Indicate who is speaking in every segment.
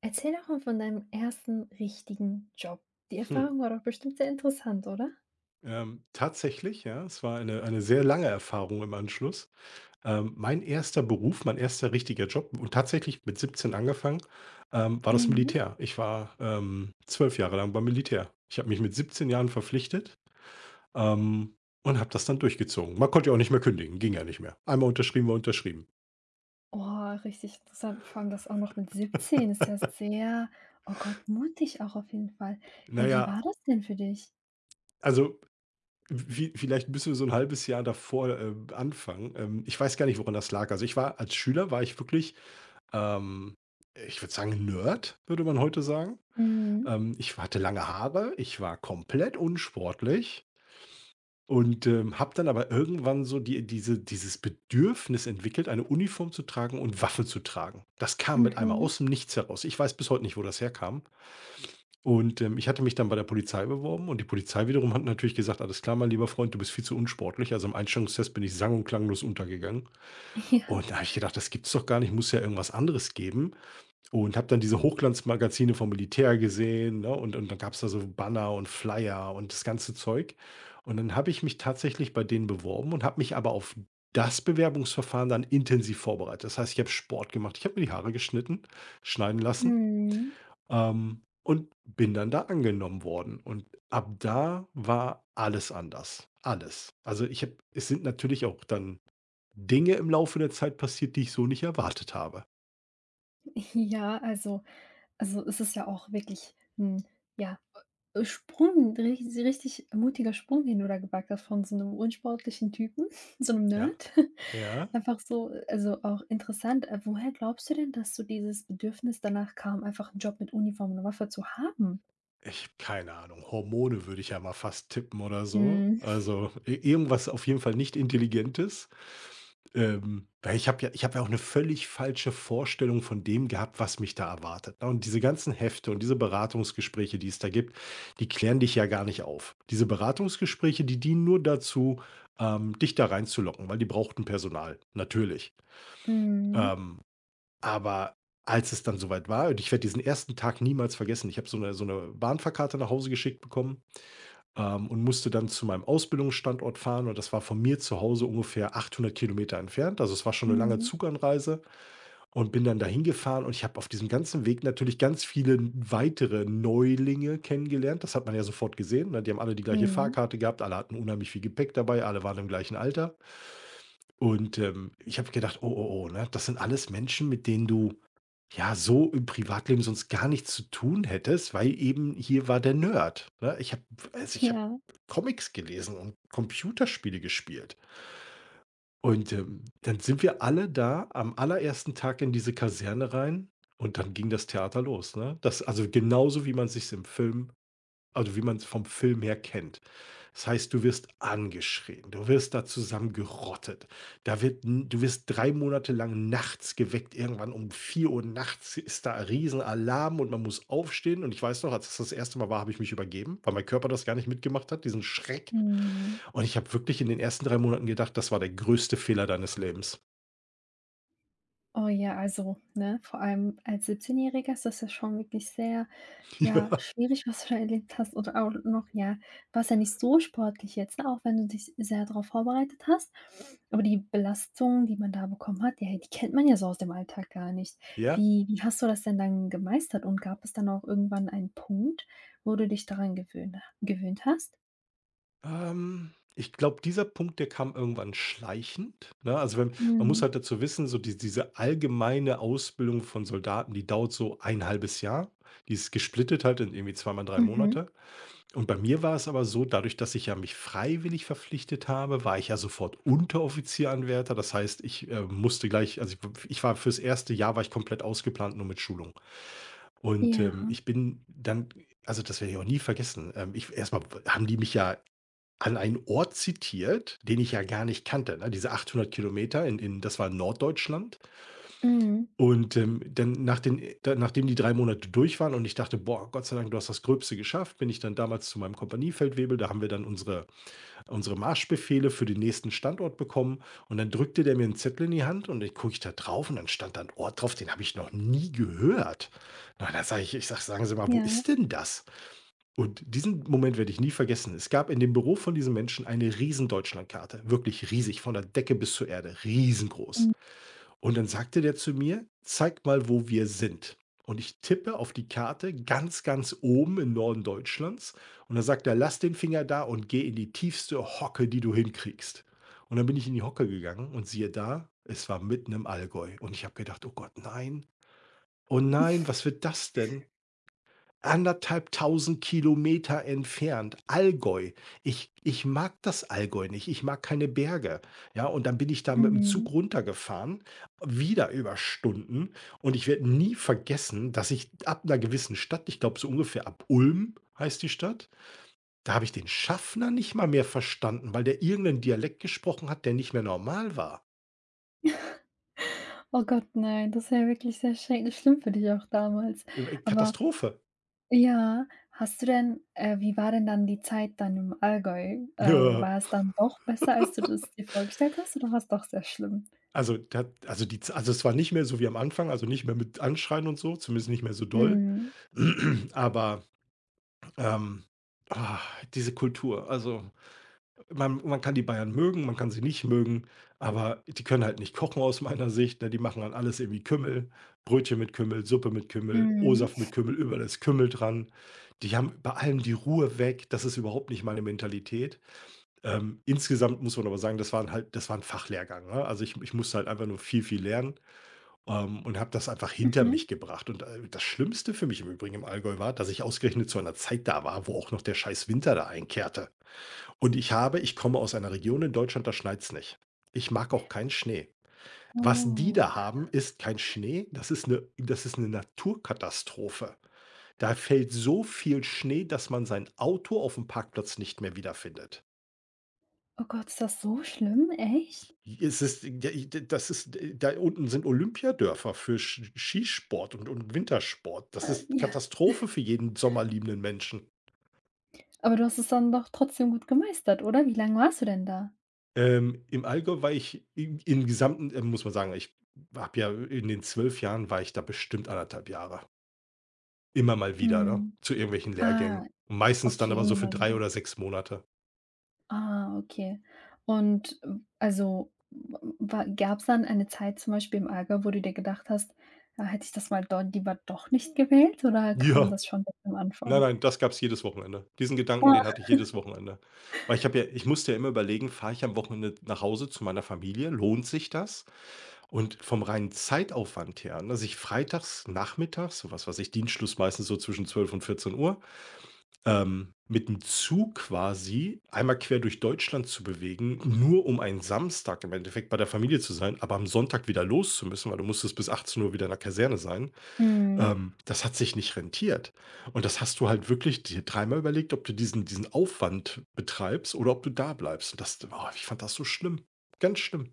Speaker 1: Erzähl doch mal von deinem ersten richtigen Job. Die
Speaker 2: Hm.
Speaker 1: Erfahrung war doch bestimmt sehr interessant, oder?
Speaker 2: Tatsächlich, ja, es war eine sehr lange Erfahrung im Anschluss. Mein erster Beruf, mein erster richtiger Job und tatsächlich mit 17 angefangen, war das
Speaker 1: Mhm.
Speaker 2: Militär. Ich war, 12 Jahre lang beim Militär. Ich habe mich mit 17 Jahren verpflichtet, ähm, und habe das dann durchgezogen. Man konnte ja auch nicht mehr kündigen, ging ja nicht mehr. Einmal unterschrieben, war unterschrieben.
Speaker 1: Oh, richtig interessant. Vor allem das auch noch mit 17 ist ja sehr, oh Gott, mutig auch auf jeden Fall.
Speaker 2: Na
Speaker 1: Ja, wie war
Speaker 2: ja,
Speaker 1: das denn für dich?
Speaker 2: also vi vielleicht müssen wir so ein halbes Jahr davor, anfangen. Ich weiß gar nicht, woran das lag. Also, ich war als Schüler war ich wirklich Ähm, ich würde sagen Nerd, würde man heute sagen.
Speaker 1: Mhm.
Speaker 2: Ich hatte lange Haare, ich war komplett unsportlich und, habe dann aber irgendwann so dieses Bedürfnis entwickelt, eine Uniform zu tragen und Waffen zu tragen. Das kam mit einmal
Speaker 1: Mhm.
Speaker 2: aus dem Nichts heraus. Ich weiß bis heute nicht, wo das herkam. Und, ich hatte mich dann bei der Polizei beworben und die Polizei wiederum hat natürlich gesagt: „Alles klar, mein lieber Freund, du bist viel zu unsportlich.“ Also, im Einstellungstest bin ich sang und klanglos untergegangen.
Speaker 1: Ja.
Speaker 2: Und da habe ich gedacht: „Das gibt's doch gar nicht, muss ja irgendwas anderes geben.“ Und habe dann diese Hochglanzmagazine vom Militär gesehen, ne? Und dann gab's da so Banner und Flyer und das ganze Zeug. Und dann habe ich mich tatsächlich bei denen beworben und habe mich aber auf das Bewerbungsverfahren dann intensiv vorbereitet. Das heißt, ich habe Sport gemacht, ich habe mir die Haare geschnitten schneiden lassen,
Speaker 1: Mhm.
Speaker 2: und bin dann da angenommen worden. Und ab da war alles anders, alles. Also, ich habe es sind natürlich auch dann Dinge im Laufe der Zeit passiert, die ich so nicht erwartet habe.
Speaker 1: Ja, also es ist ja auch wirklich 'n, ja, Sprung, ri richtig mutiger Sprung, den du da gewagt hast von so einem unsportlichen Typen, so einem
Speaker 2: Ja,
Speaker 1: Nerd.
Speaker 2: ja.
Speaker 1: Einfach so also auch interessant, woher glaubst du denn, dass so dieses Bedürfnis danach kam, einfach einen Job mit Uniform und Waffe zu haben?
Speaker 2: Ich keine Ahnung, Hormone würde ich ja mal fast tippen oder so.
Speaker 1: Mhm.
Speaker 2: Also, i irgendwas auf jeden Fall nicht Intelligentes. Weil ich habe ja auch eine völlig falsche Vorstellung von dem gehabt, was mich da erwartet, ne? Und diese ganzen Hefte und diese Beratungsgespräche, die es da gibt, die klären dich ja gar nicht auf. Diese Beratungsgespräche, die dienen nur dazu, dich da reinzulocken, weil die brauchten Personal, natürlich.
Speaker 1: Mhm.
Speaker 2: Ähm aber Als es dann soweit war und ich werde diesen ersten Tag niemals vergessen. Ich habe so eine Bahnfahrkarte nach Hause geschickt bekommen, und musste dann zu meinem Ausbildungsstandort fahren und das war von mir zu Hause ungefähr 800 Kilometer entfernt. Also, es war schon eine lange
Speaker 1: Mhm.
Speaker 2: Zuganreise und bin dann dahin gefahren und ich habe auf diesem ganzen Weg natürlich ganz viele weitere Neulinge kennengelernt. Das hat man ja sofort gesehen, ne? Die haben alle die gleiche
Speaker 1: Mhm.
Speaker 2: Fahrkarte gehabt, alle hatten unheimlich viel Gepäck dabei, alle waren im gleichen Alter. Und, ich habe gedacht: „Oh, oh, oh“, ne? Das sind alles Menschen, mit denen du ja, so im Privatleben sonst gar nichts zu tun hättest, weil eben hier war der Nerd, ne? Ich habe
Speaker 1: Ja.
Speaker 2: Comics gelesen und Computerspiele gespielt. Und, dann sind wir alle da am allerersten Tag in diese Kaserne rein und dann ging das Theater los, ne? Das also genauso, wie man sich's im Film Also, wie man es vom Film her kennt. Das heißt, du wirst angeschrien, du wirst da zusammengerottet. Da wird n Du wirst 3 Monate lang nachts geweckt. Irgendwann um 4 Uhr nachts ist da ein Riesenalarm und man muss aufstehen. Und ich weiß noch, als das erste Mal war, habe ich mich übergeben, weil mein Körper das gar nicht mitgemacht hat, diesen Schreck.
Speaker 1: Mhm.
Speaker 2: Und ich habe wirklich in den ersten 3 Monaten gedacht, das war der größte Fehler deines Lebens.
Speaker 1: Oh ja, also, ne, vor allem als 17-Jähriger ist das ja schon wirklich sehr, ja,
Speaker 2: Ja,
Speaker 1: schwierig, was du da erlebt hast oder auch noch, ja, warst ja nicht so sportlich jetzt, ne, auch wenn du dich sehr darauf vorbereitet hast. Aber die Belastung, die man da bekommen hat, ja, die kennt man ja so aus dem Alltag gar nicht.
Speaker 2: ja.
Speaker 1: Wie hast du das denn dann gemeistert und gab es dann auch irgendwann einen Punkt, wo du dich daran gewöhnt hast?
Speaker 2: Ich glaube, dieser Punkt, der kam irgendwann schleichend, ne? Also, wenn Man muss
Speaker 1: Mhm.
Speaker 2: halt dazu wissen, so diese allgemeine Ausbildung von Soldaten, die dauert so ein halbes Jahr. Die ist gesplittet halt in irgendwie zweimal drei
Speaker 1: Mhm.
Speaker 2: Monate. Und bei mir war es aber so, dadurch, dass ich ja mich freiwillig verpflichtet habe, war ich ja sofort Unteroffizieranwärter. Das heißt, ich, musste gleich also, ich ich war fürs erste Jahr war ich komplett ausgeplant, nur mit Schulung. Und,
Speaker 1: Ja.
Speaker 2: ich bin dann also, das werde ich auch nie vergessen. Ich erst Haben die mich ja an einen Ort zitiert, den ich ja gar nicht kannte, ne? Diese 800 Kilometer, in das war in Norddeutschland.
Speaker 1: Mhm.
Speaker 2: Und, dann nach den da nachdem die 3 Monate durch waren und ich dachte: „Boah, Gott sei Dank, du hast das Gröbste geschafft“, bin ich dann damals zu meinem Kompaniefeldwebel. Da haben wir dann unsere Marschbefehle für den nächsten Standort bekommen und dann drückte der mir einen Zettel in die Hand und dann gucke ich da drauf und dann stand da 'n Ort drauf, den habe ich noch nie gehört. Na, da sage ich ich sage: „Sagen Sie mal, wo
Speaker 1: Ja.
Speaker 2: ist denn das?“ Und diesen Moment werde ich nie vergessen. Es gab in dem Büro von diesem Menschen eine riesen Deutschlandkarte, wirklich riesig, von der Decke bis zur Erde, riesengroß.
Speaker 1: Mhm.
Speaker 2: Und dann sagte der zu mir, zeig mal, wo wir sind. Und ich tippe auf die Karte ganz, ganz oben im Norden Deutschlands. Und dann sagt er, lass den Finger da und geh in die tiefste Hocke, die du hinkriegst. Und dann bin ich in die Hocke gegangen und siehe da, es war mitten im Allgäu. Und ich habe gedacht, oh Gott, nein, oh nein, was wird das denn? 1.500 Kilometer entfernt, Allgäu. Ich mag das Allgäu nicht, ich mag keine Berge. Ja, und dann bin ich da mit dem
Speaker 1: Mhm.
Speaker 2: Zug runtergefahren, wieder über Stunden und ich werde nie vergessen, dass ich ab einer gewissen Stadt, ich glaube so ungefähr ab Ulm heißt die Stadt, da habe ich den Schaffner nicht mal mehr verstanden, weil der irgendeinen Dialekt gesprochen hat, der nicht mehr normal war.
Speaker 1: Oh Gott, nein, das ist ja wirklich sehr schrä schlimm für dich auch damals. Aber
Speaker 2: Katastrophe.
Speaker 1: ja, hast du denn wie war denn dann die Zeit dann im Allgäu? War es dann doch besser, als du das dir vorgestellt hast oder war's doch sehr schlimm?
Speaker 2: Also, es war nicht mehr so wie am Anfang, also, nicht mehr mit Anschreien und so, zumindest nicht mehr so doll.
Speaker 1: Mhm.
Speaker 2: Aber, ähm, ah, diese Kultur, also, man kann die Bayern mögen, man kann sie nicht mögen, aber die können halt nicht kochen aus meiner Sicht, ne? Die machen dann alles irgendwie Kümmel, Brötchen mit Kümmel, Suppe mit Kümmel,
Speaker 1: Mhm.
Speaker 2: O-Saft mit Kümmel, überall ist Kümmel dran. Die haben bei allem die Ruhe weg, das ist überhaupt nicht meine Mentalität. Insgesamt muss man aber sagen, das war ein Fachlehrgang, ne? Also, ich musste halt einfach nur viel, viel lernen. Und habe das einfach hinter mich
Speaker 1: Mhm.
Speaker 2: gebracht. Und, das Schlimmste für mich im Übrigen im Allgäu war, dass ich ausgerechnet zu einer Zeit da war, wo auch noch der scheiß Winter da einkehrte. Und ich komme aus einer Region in Deutschland, da schneit's nicht. Ich mag auch keinen Schnee. Was die
Speaker 1: Oh.
Speaker 2: da haben, ist kein Schnee, das ist eine Naturkatastrophe. Da fällt so viel Schnee, dass man sein Auto auf dem Parkplatz nicht mehr wiederfindet.
Speaker 1: Oh Gott, ist das so schlimm? Echt?
Speaker 2: Es ist ja, das ist da unten sind Olympiadörfer für Skisport und Wintersport. Das
Speaker 1: Äh,
Speaker 2: ist
Speaker 1: ja.
Speaker 2: Katastrophe für jeden sommerliebenden Menschen.
Speaker 1: Aber du hast es dann doch trotzdem gut gemeistert, oder? Wie lange warst du denn da?
Speaker 2: Im Allgäu war ich im Gesamten muss man sagen, ich habe ja in den 12 Jahren war ich da bestimmt 1,5 Jahre. Immer mal wieder, ne,
Speaker 1: Mhm.
Speaker 2: zu irgendwelchen
Speaker 1: Ah,
Speaker 2: Lehrgängen. Und meistens dann
Speaker 1: okay,
Speaker 2: aber so
Speaker 1: immer
Speaker 2: für
Speaker 1: mal
Speaker 2: 3
Speaker 1: wieder.
Speaker 2: oder 6 Monate.
Speaker 1: Ah, okay. Und, also, gab es dann eine Zeit zum Beispiel im Allgäu, wo du dir gedacht hast: „Ah, hätte ich das mal do lieber doch nicht gewählt?" Oder kam
Speaker 2: Ja.
Speaker 1: das schon direkt am
Speaker 2: Nein,
Speaker 1: Anfang?
Speaker 2: nein, das gab's jedes Wochenende. Diesen Gedanken, den
Speaker 1: Ach.
Speaker 2: hatte ich jedes Wochenende. Weil ich musste ja immer überlegen, fahre ich am Wochenende nach Hause zu meiner Familie, lohnt sich das? Und vom reinen Zeitaufwand her, ne, dass ich freitags nachmittags, so was weiß ich, Dienstschluss meistens so zwischen 12 und 14:00, mit dem Zug quasi einmal quer durch Deutschland zu bewegen, nur um einen Samstag im Endeffekt bei der Familie zu sein, aber am Sonntag wieder los zu müssen, weil du musstest bis 18 Uhr wieder in der Kaserne sein.
Speaker 1: Mhm.
Speaker 2: Das hat sich nicht rentiert. Und das hast du halt wirklich dir dreimal überlegt, ob du diesen Aufwand betreibst oder ob du da bleibst. Und das oh, ich fand das so schlimm, ganz schlimm.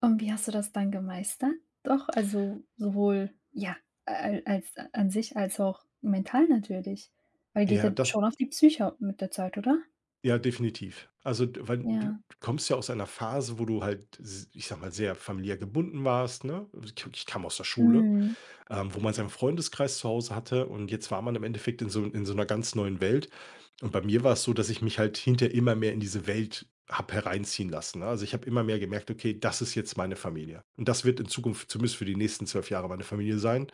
Speaker 1: Und wie hast du das dann gemeistert? Doch, also, sowohl, ja, al als an sich als auch mental natürlich, weil geht
Speaker 2: Ja,
Speaker 1: ja
Speaker 2: das
Speaker 1: schon auf die Psyche mit der Zeit, oder?
Speaker 2: ja, definitiv. Also, d weil du
Speaker 1: Ja.
Speaker 2: kommst ja aus einer Phase, wo du halt, s ich sage mal, sehr familiär gebunden warst, ne? Also, ich ich kam aus der Schule
Speaker 1: Mhm.
Speaker 2: wo man seinen Freundeskreis zu Hause hatte und jetzt war man im Endeffekt in so einer ganz neuen Welt. Und bei mir war es so, dass ich mich halt hinter immer mehr in diese Welt habe hereinziehen lassen. Ne? Also ich habe immer mehr gemerkt, okay, das ist jetzt meine Familie. Und das wird in Zukunft zumindest für die nächsten 12 Jahre meine Familie sein.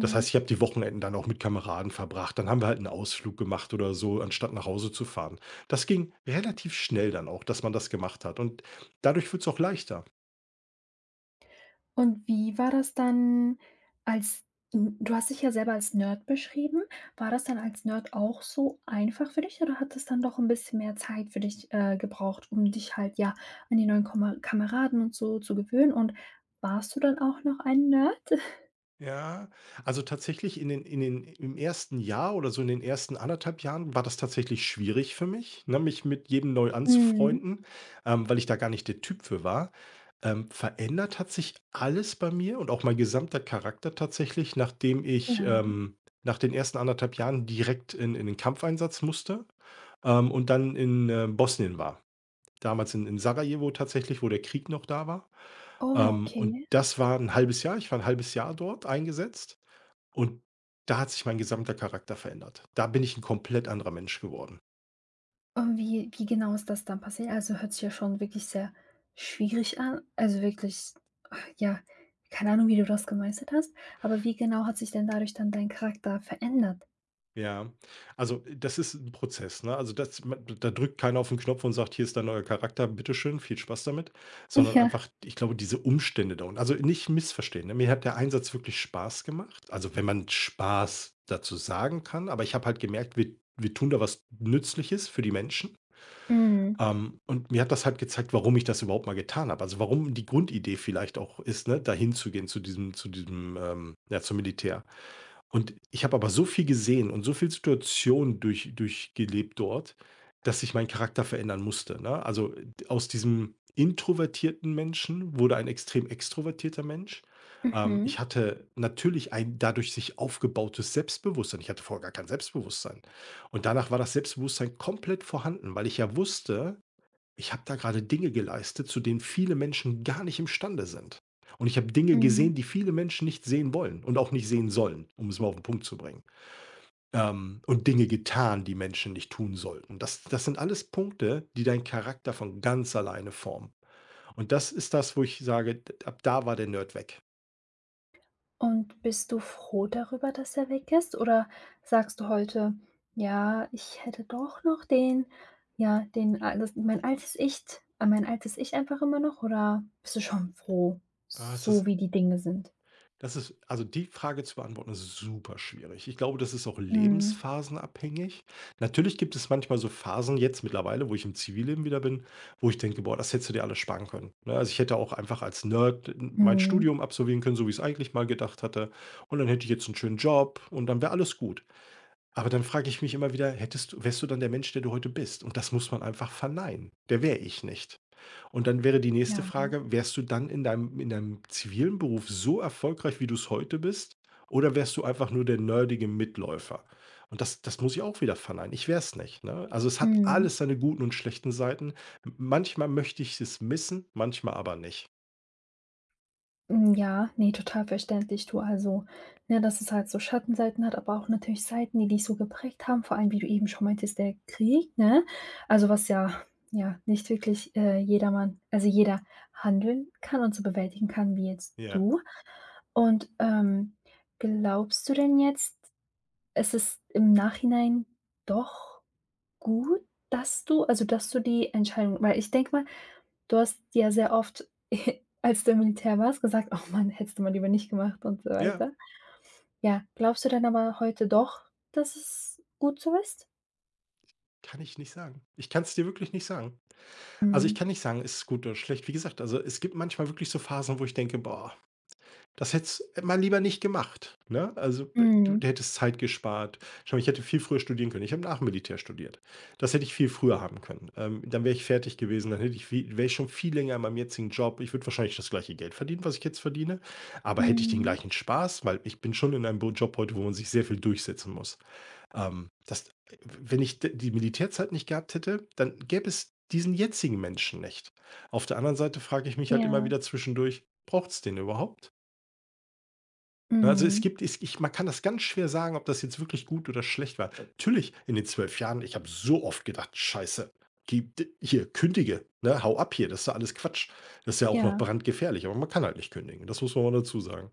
Speaker 2: Das heißt, ich habe die Wochenenden dann auch mit Kameraden verbracht. Dann haben wir halt einen Ausflug gemacht oder so, anstatt nach Hause zu fahren. Das ging relativ schnell dann auch, dass man das gemacht hat. Und dadurch wird es auch leichter.
Speaker 1: Und wie war das dann als du hast dich ja selber als Nerd beschrieben. War das dann als Nerd auch so einfach für dich oder hat es dann doch ein bisschen mehr Zeit für dich, gebraucht, um dich halt, ja, an die neuen Komma Kameraden und so zu gewöhnen? Und warst du dann auch noch ein Nerd?
Speaker 2: Ja, also tatsächlich in den im ersten Jahr oder so in den ersten anderthalb Jahren war das tatsächlich schwierig für mich, ne, mich mit jedem neu
Speaker 1: Mhm.
Speaker 2: anzufreunden, weil ich da gar nicht der Typ für war. Verändert hat sich alles bei mir und auch mein gesamter Charakter tatsächlich, nachdem ich,
Speaker 1: Ja.
Speaker 2: nach den ersten anderthalb Jahren direkt in den Kampfeinsatz musste, und dann in Bosnien war. Damals in Sarajevo tatsächlich, wo der Krieg noch da war.
Speaker 1: Oh,
Speaker 2: Und
Speaker 1: okay.
Speaker 2: das war ein halbes Jahr. Ich war ein halbes Jahr dort eingesetzt. Und da hat sich mein gesamter Charakter verändert. Da bin ich ein komplett anderer Mensch geworden.
Speaker 1: Und wie genau ist das dann passiert? Also, hört sich ja schon wirklich sehr schwierig an, also wirklich. Ja, keine Ahnung, wie du das gemeistert hast, aber wie genau hat sich denn dadurch dann dein Charakter verändert?
Speaker 2: Ja. Also, das ist ein Prozess, ne? Also, das ma da drückt keiner auf den Knopf und sagt: „Hier ist dein neuer Charakter, bitte schön, viel Spaß damit“, sondern
Speaker 1: Ja.
Speaker 2: einfach, ich glaube, diese Umstände da und also, nicht missverstehen, ne? Mir hat der Einsatz wirklich Spaß gemacht, also, wenn man Spaß dazu sagen kann, aber ich habe halt gemerkt, wir tun da was Nützliches für die Menschen.
Speaker 1: Mhm.
Speaker 2: Und mir hat das halt gezeigt, warum ich das überhaupt mal getan habe. Also, warum die Grundidee vielleicht auch ist, ne, dahin zu gehen zum Militär. Und ich habe aber so viel gesehen und so viel Situationen durchgelebt dort, dass sich mein Charakter verändern musste, ne? Also, d aus diesem introvertierten Menschen wurde ein extrem extrovertierter Mensch. Ich
Speaker 1: Mhm.
Speaker 2: hatte natürlich ein dadurch sich aufgebautes Selbstbewusstsein. Ich hatte vorher gar kein Selbstbewusstsein. Und danach war das Selbstbewusstsein komplett vorhanden, weil ich ja wusste, ich habe da gerade Dinge geleistet, zu denen viele Menschen gar nicht imstande sind. Und ich habe Dinge
Speaker 1: Mhm.
Speaker 2: gesehen, die viele Menschen nicht sehen wollen und auch nicht sehen sollen, um es mal auf den Punkt zu bringen. Und Dinge getan, die Menschen nicht tun sollten. Das, das sind alles Punkte, die deinen Charakter von ganz alleine formen. Und das ist das, wo ich sage, ab da war der Nerd weg.
Speaker 1: Und bist du froh darüber, dass er weg ist? Oder sagst du heute: „Ja, ich hätte doch noch den ja, den al das mein altes Ich, an mein altes Ich einfach immer noch", oder bist du schon froh,
Speaker 2: Ah, es
Speaker 1: so
Speaker 2: ist,
Speaker 1: wie die Dinge sind?
Speaker 2: Das ist, also die Frage zu beantworten, ist super schwierig. Ich glaube, das ist auch
Speaker 1: Mhm.
Speaker 2: lebensphasenabhängig. Natürlich gibt es manchmal so Phasen jetzt mittlerweile, wo ich im Zivilleben wieder bin, wo ich denke, boah, das hättest du dir alles sparen können. Ne? Also ich hätte auch einfach als Nerd mein
Speaker 1: Mhm.
Speaker 2: Studium absolvieren können, so wie ich es eigentlich mal gedacht hatte. Und dann hätte ich jetzt einen schönen Job und dann wäre alles gut. Aber dann frage ich mich immer wieder, hättest du, wärst du dann der Mensch, der du heute bist? Und das muss man einfach verneinen. Der wäre ich nicht. Und dann wäre die nächste
Speaker 1: Ja, ne?
Speaker 2: Frage: Wärst du dann in deinem zivilen Beruf so erfolgreich, wie du es heute bist, oder wärst du einfach nur der nerdige Mitläufer? Und das muss ich auch wieder verneinen. Ich wäre es nicht, ne? Also, es hat
Speaker 1: Mhm.
Speaker 2: alles seine guten und schlechten Seiten. M manchmal möchte ich es missen, manchmal aber nicht.
Speaker 1: Hm, ja, ne, total verständlich, du. Also, ne, dass es halt so Schattenseiten hat, aber auch natürlich Seiten, die dich so geprägt haben, vor allem, wie du eben schon meintest, der Krieg, ne? Also, was ja ja, nicht wirklich, jedermann also, jeder handeln kann und so bewältigen kann wie jetzt
Speaker 2: Ja.
Speaker 1: du. Und, glaubst du denn jetzt, es ist im Nachhinein doch gut, dass du also, dass du die Entscheidung weil ich denke mal, du hast ja sehr oft, als du im Militär warst, gesagt: „Oh Mann, hättest du mal lieber nicht gemacht" und so
Speaker 2: Ja,
Speaker 1: weiter. Ja, glaubst du denn aber heute doch, dass es gut so ist?
Speaker 2: kann ich nicht sagen. Ich kann es dir wirklich nicht sagen. Also, ich
Speaker 1: Mhm.
Speaker 2: kann nicht sagen, ist es gut oder schlecht. Wie gesagt, also, es gibt manchmal wirklich so Phasen, wo ich denke: „Boah, das hättest mal lieber nicht gemacht“, ne? Also, b du
Speaker 1: Mhm.
Speaker 2: hättest Zeit gespart. Schau mal, ich hätte viel früher studieren können. Ich habe nach dem Militär studiert. Das hätte ich viel früher haben können. Dann wäre ich fertig gewesen, dann hätte ich viel wäre ich schon viel länger in meinem jetzigen Job. Ich würde wahrscheinlich das gleiche Geld verdienen, was ich jetzt verdiene, aber hätte ich den
Speaker 1: Mhm.
Speaker 2: gleichen Spaß, weil ich bin schon in einem Bo Job heute, wo man sich sehr viel durchsetzen muss. Das Wenn ich d die Militärzeit nicht gehabt hätte, dann gäbe es diesen jetzigen Menschen nicht. Auf der anderen Seite frage ich mich halt immer
Speaker 1: Ja.
Speaker 2: wieder zwischendurch: „Braucht es den überhaupt?“ Also, es
Speaker 1: Mhm.
Speaker 2: gibt es, ich, man kann das ganz schwer sagen, ob das jetzt wirklich gut oder schlecht war. Natürlich, in den 12 Jahren, ich habe so oft gedacht: „Scheiße, gib hier, kündige, ne? Hau ab hier, das ist ja alles Quatsch.“ Das ist ja auch noch
Speaker 1: Ja.
Speaker 2: brandgefährlich, aber man kann halt nicht kündigen. Das muss man mal dazu sagen.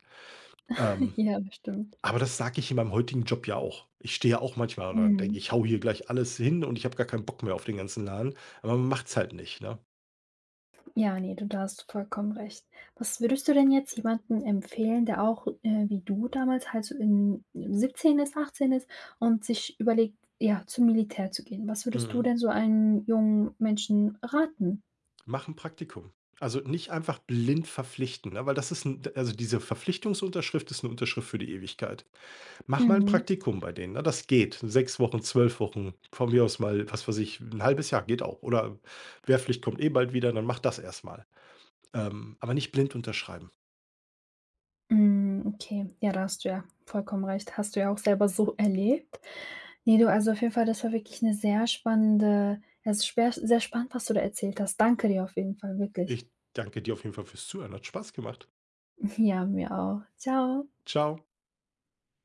Speaker 2: Ähm,
Speaker 1: Ja, das stimmt.
Speaker 2: aber das sage ich in meinem heutigen Job ja auch. Ich stehe ja auch manchmal und dann denke ich:
Speaker 1: Mhm.
Speaker 2: „Ich haue hier gleich alles hin und ich habe gar keinen Bock mehr auf den ganzen Laden.“ Aber man macht es halt nicht, ne?
Speaker 1: Ja, nee, du da hast du vollkommen recht. Was würdest du denn jetzt jemandem empfehlen, der auch, wie du damals halt so in 17 ist, 18 ist und sich überlegt, ja, zum Militär zu gehen? Was würdest du
Speaker 2: Mhm.
Speaker 1: denn so einem jungen Menschen raten?
Speaker 2: Mach ein Praktikum. Also, nicht einfach blind verpflichten, ne, weil das ist 'n also, diese Verpflichtungsunterschrift ist eine Unterschrift für die Ewigkeit. Mach mal ein
Speaker 1: Mhm.
Speaker 2: Praktikum bei denen, ne? Das geht. 6 Wochen, 12 Wochen, von mir aus mal, was weiß ich, ein halbes Jahr geht auch. Oder Wehrpflicht kommt eh bald wieder, dann mach das erstmal. Aber nicht blind unterschreiben.
Speaker 1: Hm, okay. Ja, da hast du ja vollkommen recht. Hast du ja auch selber so erlebt. Ne, du, also auf jeden Fall, das war wirklich eine sehr spannende es ist schwer sehr spannend, was du da erzählt hast. Danke dir auf jeden Fall, wirklich.
Speaker 2: Ich danke dir auf jeden Fall fürs Zuhören. Hat Spaß gemacht.
Speaker 1: Ja, mir auch. Ciao.
Speaker 2: Ciao.